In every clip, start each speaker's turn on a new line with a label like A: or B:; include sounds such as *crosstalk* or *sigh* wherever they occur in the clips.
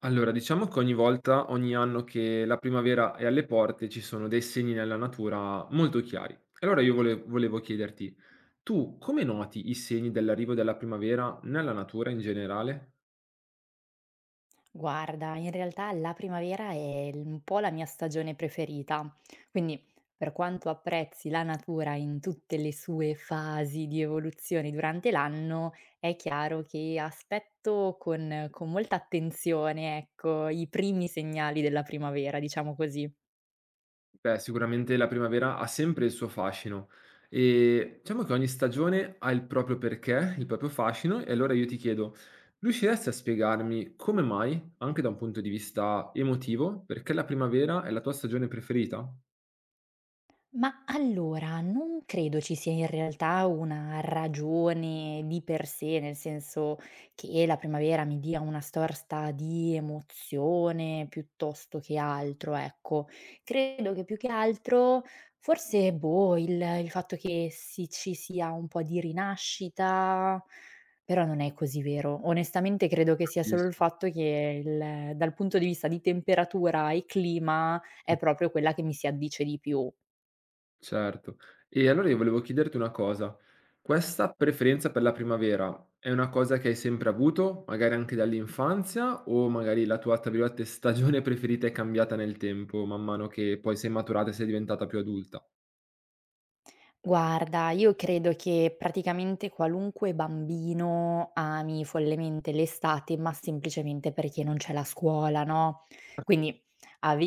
A: Allora, diciamo che ogni volta, ogni anno che la primavera è alle porte, ci sono dei segni nella natura molto chiari. Allora io volevo chiederti, tu come noti i segni dell'arrivo della primavera nella natura in generale?
B: Guarda, in realtà la primavera è un po' la mia stagione preferita, quindi per quanto apprezzi la natura in tutte le sue fasi di evoluzione durante l'anno, è chiaro che aspetto con molta attenzione, ecco, i primi segnali della primavera, diciamo così.
A: Beh, sicuramente la primavera ha sempre il suo fascino e diciamo che ogni stagione ha il proprio perché, il proprio fascino, e allora io ti chiedo, riusciresti a spiegarmi come mai, anche da un punto di vista emotivo, perché la primavera è la tua stagione preferita?
B: Ma allora, non credo ci sia in realtà una ragione di per sé, nel senso che la primavera mi dia una sorta di emozione piuttosto che altro, ecco. Credo che più che altro forse, boh, il fatto che ci sia un po' di rinascita, però non è così vero. Onestamente credo che sia solo il
A: Capisco.
B: fatto che il dal punto di vista di temperatura e clima è proprio quella che mi si addice di più.
A: Certo. E allora io volevo chiederti una cosa: questa preferenza per la primavera è una cosa che hai sempre avuto, magari anche dall'infanzia, o magari la tua, tra virgolette, "stagione *laughs* preferita" è cambiata nel tempo, man mano che poi sei maturata e sei diventata più adulta?
B: Guarda, io credo che praticamente qualunque bambino ami follemente l'estate, ma semplicemente perché non c'è la scuola, no, quindi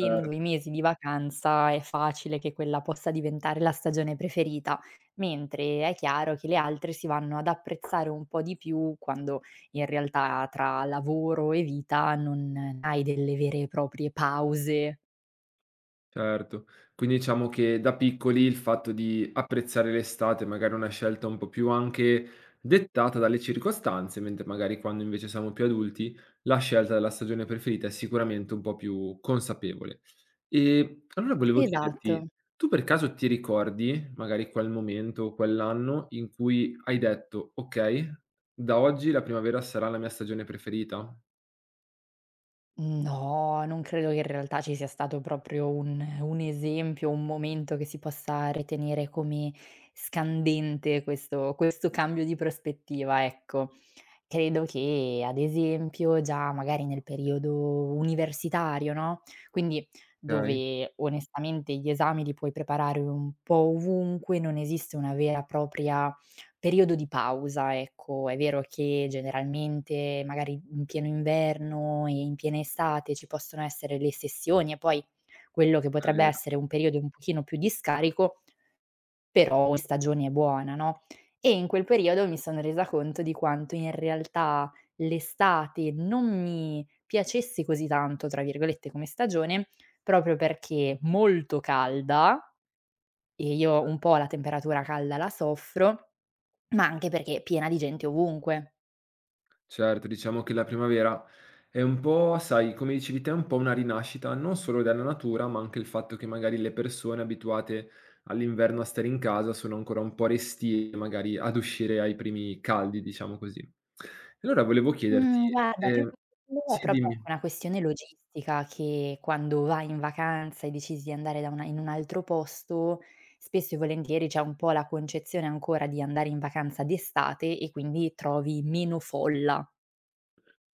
A: Cer
B: i mesi di vacanza è facile che quella possa diventare la stagione preferita, mentre è chiaro che le altre si vanno ad apprezzare un po' di più quando in realtà tra lavoro e vita non hai delle vere e proprie pause.
A: Certo. Quindi diciamo che da piccoli il fatto di apprezzare l'estate magari è una scelta un po' più anche dettata dalle circostanze, mentre magari quando invece siamo più adulti la scelta della stagione preferita è sicuramente un po' più consapevole. E allora volevo
B: Esatto.
A: chiederti, tu per caso ti ricordi magari quel momento o quell'anno in cui hai detto: "Okay, da oggi la primavera sarà la mia stagione preferita"?
B: No, non credo che in realtà ci sia stato proprio un esempio, un momento che si possa ritenere come scandente questo cambio di prospettiva, ecco. Credo che ad esempio già magari nel periodo universitario, no, quindi
A: Okay,
B: dove onestamente gli esami li puoi preparare un po' ovunque, non esiste una vera e propria periodo di pausa, ecco. È vero che generalmente magari in pieno inverno e in piena estate ci possono essere le sessioni e poi quello che
A: è
B: potrebbe
A: vero.
B: essere un periodo un pochino più di scarico però in stagione è buona, no, e in quel periodo mi sono resa conto di quanto in realtà l'estate non mi piacesse così tanto, tra virgolette, come stagione, proprio perché molto calda e io un po' la temperatura calda la soffro, ma anche perché è piena di gente ovunque.
A: Certo, diciamo che la primavera è un po', sai, come dicevi te, un po' una rinascita non solo della natura, ma anche il fatto che magari le persone abituate all'inverno a stare in casa sono ancora un po' restie magari ad uscire ai primi caldi, diciamo così. E allora volevo chiederti,
B: Mhmm, guarda più che quello è
A: sì,
B: proprio
A: dimmi.
B: una questione logistica che quando vai in vacanza e decidi di andare da una in un altro posto, spesso e volentieri c'è un po' la concezione ancora di andare in vacanza d'estate e quindi trovi meno folla.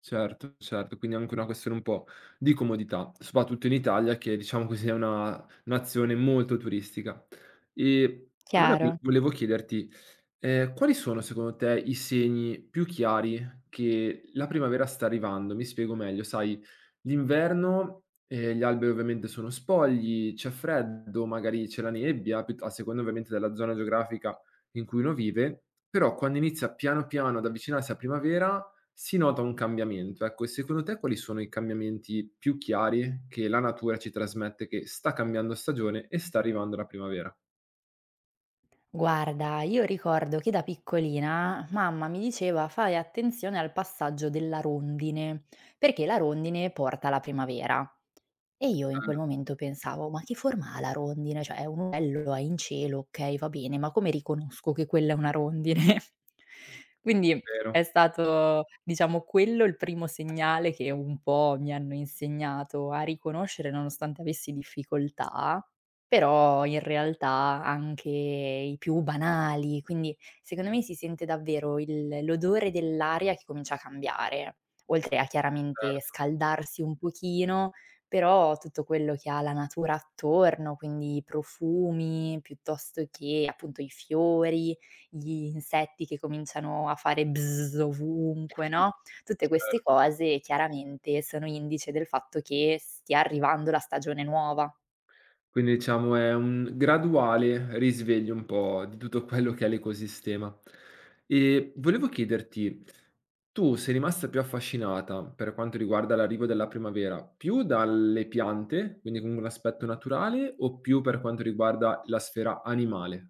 A: Certo, certo, quindi è anche una questione un po' di comodità, soprattutto in Italia che diciamo così è una nazione molto turistica. E allora vo
B: Chiaro.
A: volevo chiederti, quali sono secondo te i segni più chiari che la primavera sta arrivando? Mi spiego meglio, sai, l'inverno, gli alberi ovviamente sono spogli, c'è freddo, magari c'è la nebbia, piutt a seconda ovviamente della zona geografica in cui uno vive, però quando inizia piano piano ad avvicinarsi a primavera si nota un cambiamento, ecco, e secondo te quali sono i cambiamenti più chiari che la natura ci trasmette che sta cambiando stagione e sta arrivando la primavera?
B: Guarda, io ricordo che da piccolina mamma mi diceva: "Fai attenzione al passaggio della rondine, perché la rondine porta la primavera". E io in quel
A: Certo,
B: momento pensavo: "Ma che forma ha la rondine? Cioè è un uccello, è in cielo, okay, va bene, ma come riconosco che quella è una rondine?" *laughs* Quindi è
A: vero,
B: stato, diciamo, quello il primo segnale che un po' mi hanno insegnato a riconoscere nonostante avessi difficoltà, però in realtà anche i più banali, quindi secondo me si sente davvero il l'odore dell'aria che comincia a cambiare, oltre a chiaramente
A: certo,
B: scaldarsi un pochino, però tutto quello che ha la natura attorno, quindi i profumi, piuttosto che appunto i fiori, gli insetti che cominciano a fare bzzz ovunque, no,
A: *laughs*
B: tutte queste
A: certo.
B: cose chiaramente sono indice del fatto che stia arrivando la stagione nuova.
A: Quindi diciamo è un graduale risveglio un po' di tutto quello che è l'ecosistema. E volevo chiederti, tu sei rimasta più affascinata per quanto riguarda l'arrivo della primavera, più dalle piante, quindi con un aspetto naturale, o più per quanto riguarda la sfera animale?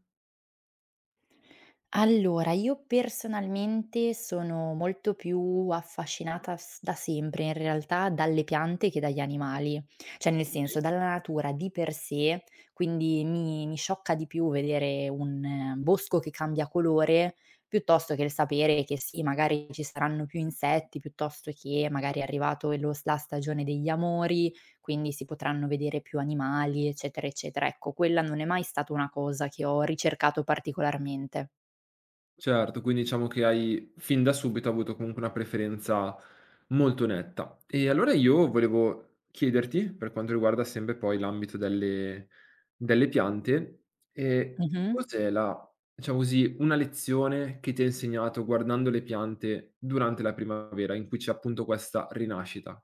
B: Allora, io personalmente sono molto più affascinata s da sempre, in realtà, dalle piante che dagli animali. Cioè, nel senso, dalla natura di per sé, quindi mi sciocca di più vedere un bosco che cambia colore, piuttosto che il sapere che sì, magari ci saranno più insetti, piuttosto che magari è arrivato lo s la stagione degli amori, quindi si potranno vedere più animali, eccetera, eccetera. Ecco, quella non è mai stata una cosa che ho ricercato particolarmente.
A: Certo, quindi diciamo che hai fin da subito avuto comunque una preferenza molto netta. E allora io volevo chiederti, per quanto riguarda sempre poi l'ambito delle piante, ehm,
B: Mh-mh.
A: cos'è la diciamo così, una lezione che ti ha insegnato guardando le piante durante la primavera in cui c'è appunto questa rinascita,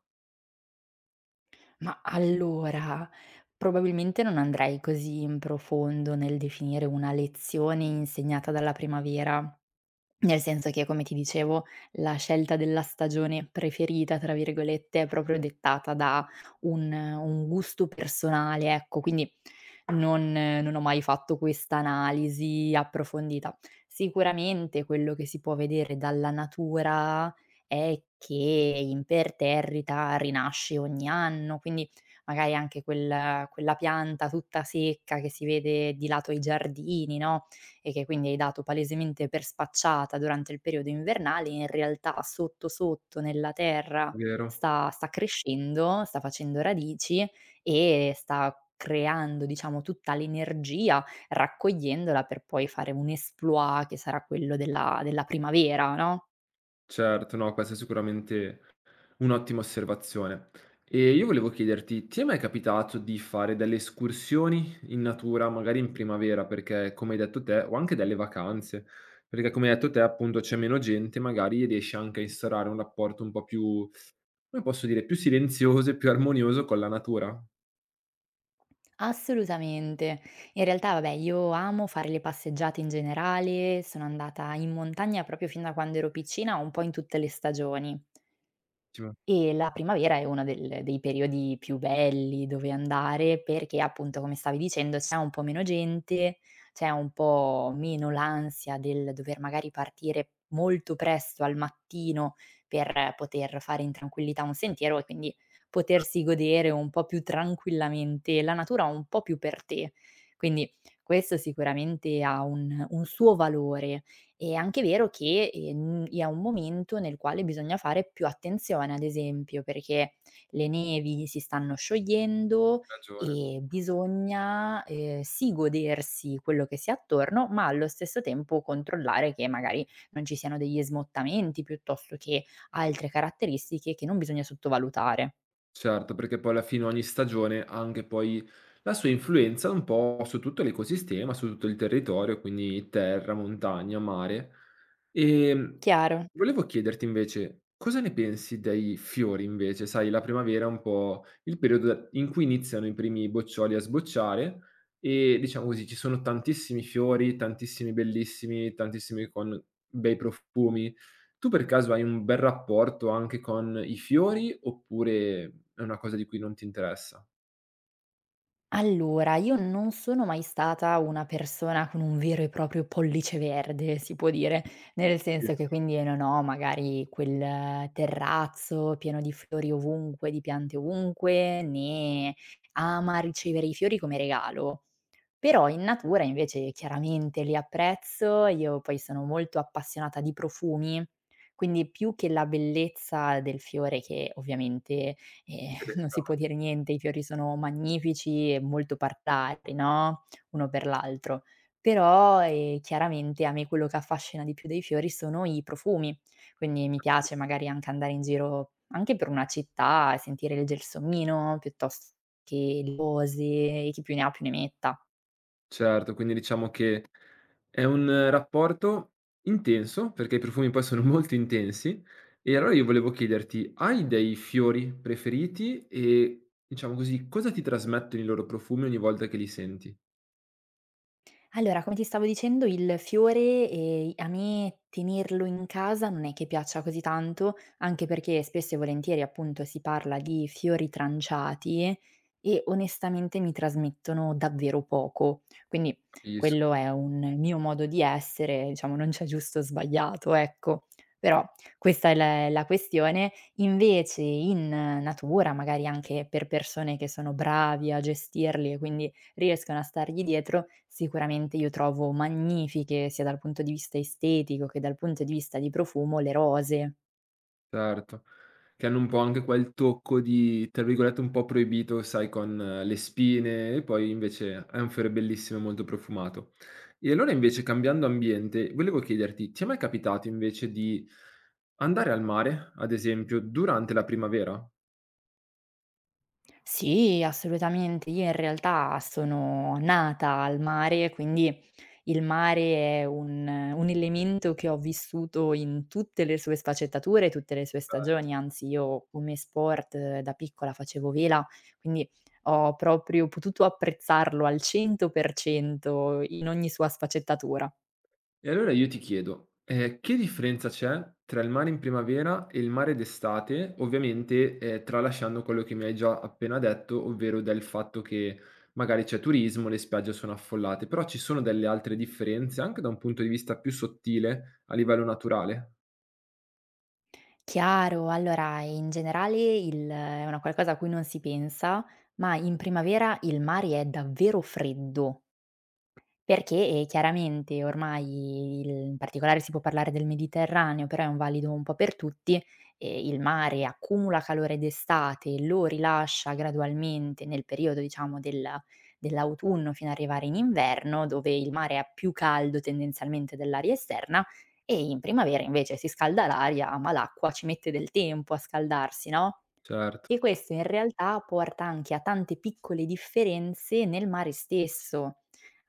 B: Ma allora, probabilmente non andrei così in profondo nel definire una lezione insegnata dalla primavera. Nel senso che, come ti dicevo, la scelta della stagione "preferita", tra virgolette, è proprio dettata da un gusto personale, ecco, quindi non ho mai fatto questa analisi approfondita. Sicuramente quello che si può vedere dalla natura è che imperterrita rinasce ogni anno, quindi magari anche quella pianta tutta secca che si vede di lato ai giardini, no, e che quindi hai dato palesemente per spacciata durante il periodo invernale, in realtà sotto, sotto nella terra
A: vero?
B: sta crescendo, sta facendo radici e sta creando, diciamo, tutta l'energia, raccogliendola per poi fare un exploit che sarà quello della primavera, no?
A: Certo, no, questa è sicuramente un'ottima osservazione. E io volevo chiederti, ti è mai capitato di fare delle escursioni in natura, magari in primavera, perché come hai detto te, o anche delle vacanze, perché come hai detto te, appunto, c'è meno gente, magari riesci anche a instaurare un rapporto un po' più, come posso dire, più silenzioso e più armonioso con la natura.
B: Assolutamente. In realtà, vabbè, io amo fare le passeggiate in generale, sono andata in montagna proprio fin da quando ero piccina, un po' in tutte le stagioni.
A: Ci manca
B: E la primavera è uno del dei periodi più belli dove andare perché, appunto, come stavi dicendo, c'è un po' meno gente, c'è un po' meno l'ansia del dover magari partire molto presto al mattino per poter fare in tranquillità un sentiero e quindi potersi godere un po' più tranquillamente la natura un po' più per te. Quindi questo sicuramente ha un suo valore, è anche vero che, è un momento nel quale bisogna fare più attenzione, ad esempio, perché le nevi si stanno sciogliendo
A: ragione.
B: e bisogna, sì, godersi quello che si ha attorno, ma allo stesso tempo controllare che magari non ci siano degli smottamenti, piuttosto che altre caratteristiche che non bisogna sottovalutare.
A: Certo, perché poi alla fine ogni stagione ha anche poi la sua influenza un po' su tutto l'ecosistema, su tutto il territorio, quindi terra, montagna, mare. Ehm,
B: Chiaro.
A: volevo chiederti invece cosa ne pensi dei fiori invece? Sai, la primavera è un po' il periodo in cui iniziano i primi boccioli a sbocciare e diciamo così, ci sono tantissimi fiori, tantissimi bellissimi, tantissimi con bei profumi. Tu per caso hai un bel rapporto anche con i fiori oppure è una cosa di cui non ti interessa.
B: Allora, io non sono mai stata una persona con un vero e proprio pollice verde, si può dire, nel senso che
A: Capisco,
B: quindi io non ho magari quel terrazzo pieno di fiori ovunque, di piante ovunque, né ama ricevere i fiori come regalo. Però in natura invece chiaramente li apprezzo, io poi sono molto appassionata di profumi, quindi più che la bellezza del fiore che ovviamente, ehm, *laughs* non si può
A: interessante.
B: dire niente, i fiori sono magnifici e molto partari, no, uno per l'altro. Però, chiaramente a me quello che affascina di più dei fiori sono i profumi, quindi mi piace magari anche andare in giro, anche per una città e sentire il gelsomino piuttosto che le rose e chi più ne ha più ne metta.
A: Certo, quindi diciamo che è un rapporto intenso, perché i profumi poi sono *laughs* molto intensi, e allora io volevo chiederti: hai dei fiori preferiti e, diciamo così, cosa ti trasmettono i loro profumi ogni volta che li senti?
B: Allora, come ti stavo dicendo, il fiore, a me tenerlo in casa non è che piaccia così tanto, anche perché spesso e volentieri, appunto, si parla di fiori tranciati e onestamente mi trasmettono davvero poco. Quindi
A: Capisco.
B: quello è un mio modo di essere, diciamo non c'è giusto o sbagliato, ecco. Però questa è la questione. Invece in natura, magari anche per persone che sono bravi a gestirli e quindi riescano a stargli dietro, sicuramente io trovo magnifiche, sia dal punto di vista estetico che dal punto di vista di profumo, le rose.
A: Certo, che hanno un po' anche quel tocco di, tra virgolette, un po' proibito, sai, con le spine e poi invece è un fiore bellissimo e molto profumato. E allora invece cambiando ambiente, volevo chiederti, ti è mai capitato invece di andare al mare, ad esempio, durante la primavera?
B: Sì, assolutamente. Io in realtà sono nata al mare, quindi il mare è un elemento che ho vissuto in tutte le sue sfaccettature, tutte le sue stagioni, anzi io come sport da piccola facevo vela, quindi ho proprio potuto apprezzarlo al 100% in ogni sua sfaccettatura.
A: E allora io ti chiedo, che differenza c'è tra il mare in primavera e il mare d'estate, ovviamente, tralasciando quello che mi hai già appena detto, ovvero del fatto che magari c'è turismo, le spiagge sono affollate, però ci sono delle altre differenze, anche da un punto di vista più sottile, a livello naturale?
B: Chiaro, allora in generale il è una qualcosa a cui non si pensa, ma in primavera il mare è davvero freddo, perché, chiaramente ormai il in particolare si può parlare del Mediterraneo, però è un valido un po' per tutti, il mare accumula calore d'estate, lo rilascia gradualmente nel periodo diciamo dell'autunno fino a arrivare in inverno, dove il mare ha più caldo tendenzialmente dell'aria esterna, e in primavera invece si scalda l'aria, ma l'acqua ci mette del tempo a scaldarsi, no? E
A: Certo.
B: questo in realtà porta anche a tante piccole differenze nel mare stesso.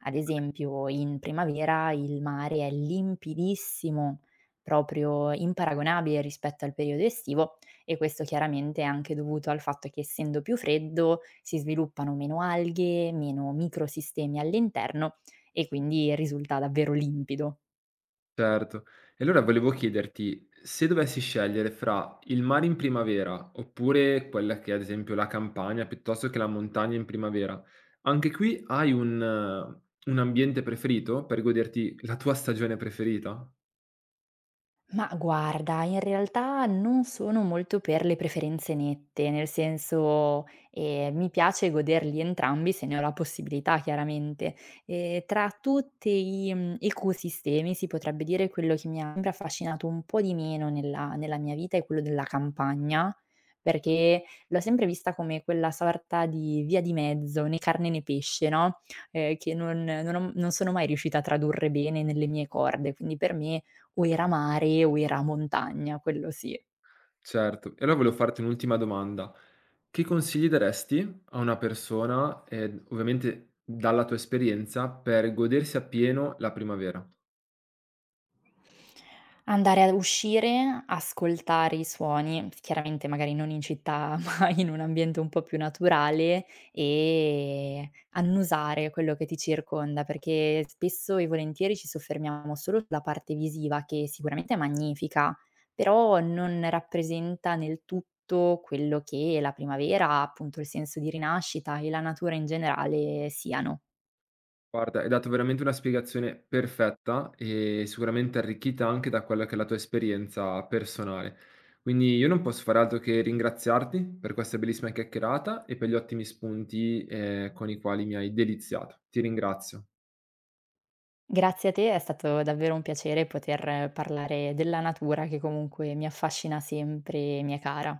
B: Ad esempio, in primavera il mare è limpidissimo, proprio imparagonabile rispetto al periodo estivo e questo chiaramente è anche dovuto al fatto che essendo più freddo si sviluppano meno alghe, meno microsistemi all'interno e quindi risulta davvero limpido.
A: Certo. E allora volevo chiederti, se dovessi scegliere fra il mare in primavera, oppure quella che è ad esempio la campagna, piuttosto che la montagna in primavera, anche qui hai un ambiente preferito per goderti la tua stagione preferita?
B: Ma guarda, in realtà non sono molto per le preferenze nette, nel senso, mi piace goderli entrambi se ne ho la possibilità chiaramente. Tra tutti i ecosistemi si potrebbe dire quello che mi ha sempre affascinato un po' di meno nella mia vita è quello della campagna, perché l'ho sempre vista come quella sorta di via di mezzo, né carne né pesce, no, che non ho non sono mai riuscita a tradurre bene nelle mie corde. Quindi per me o era mare o era montagna, quello sì.
A: Certo. E allora volevo farti un'ultima domanda: che consigli daresti a una persona, ovviamente dalla tua esperienza, per godersi appieno la primavera?
B: Andare a uscire, ascoltare i suoni, chiaramente magari non in città, *laughs* ma in un ambiente un po' più naturale e annusare quello che ti circonda, perché spesso e volentieri ci soffermiamo solo sulla parte visiva, che sicuramente è magnifica, però non rappresenta nel tutto quello che la primavera, appunto il senso di rinascita e la natura in generale siano.
A: Guarda, hai dato veramente una spiegazione perfetta e sicuramente arricchita anche da quella che è la tua esperienza personale. Quindi io non posso fare altro che ringraziarti per questa bellissima chiacchierata e per gli ottimi spunti, con i quali mi hai deliziato. Ti ringrazio.
B: Grazie a te, è stato davvero un piacere poter parlare della natura che comunque mi affascina sempre e mi è cara.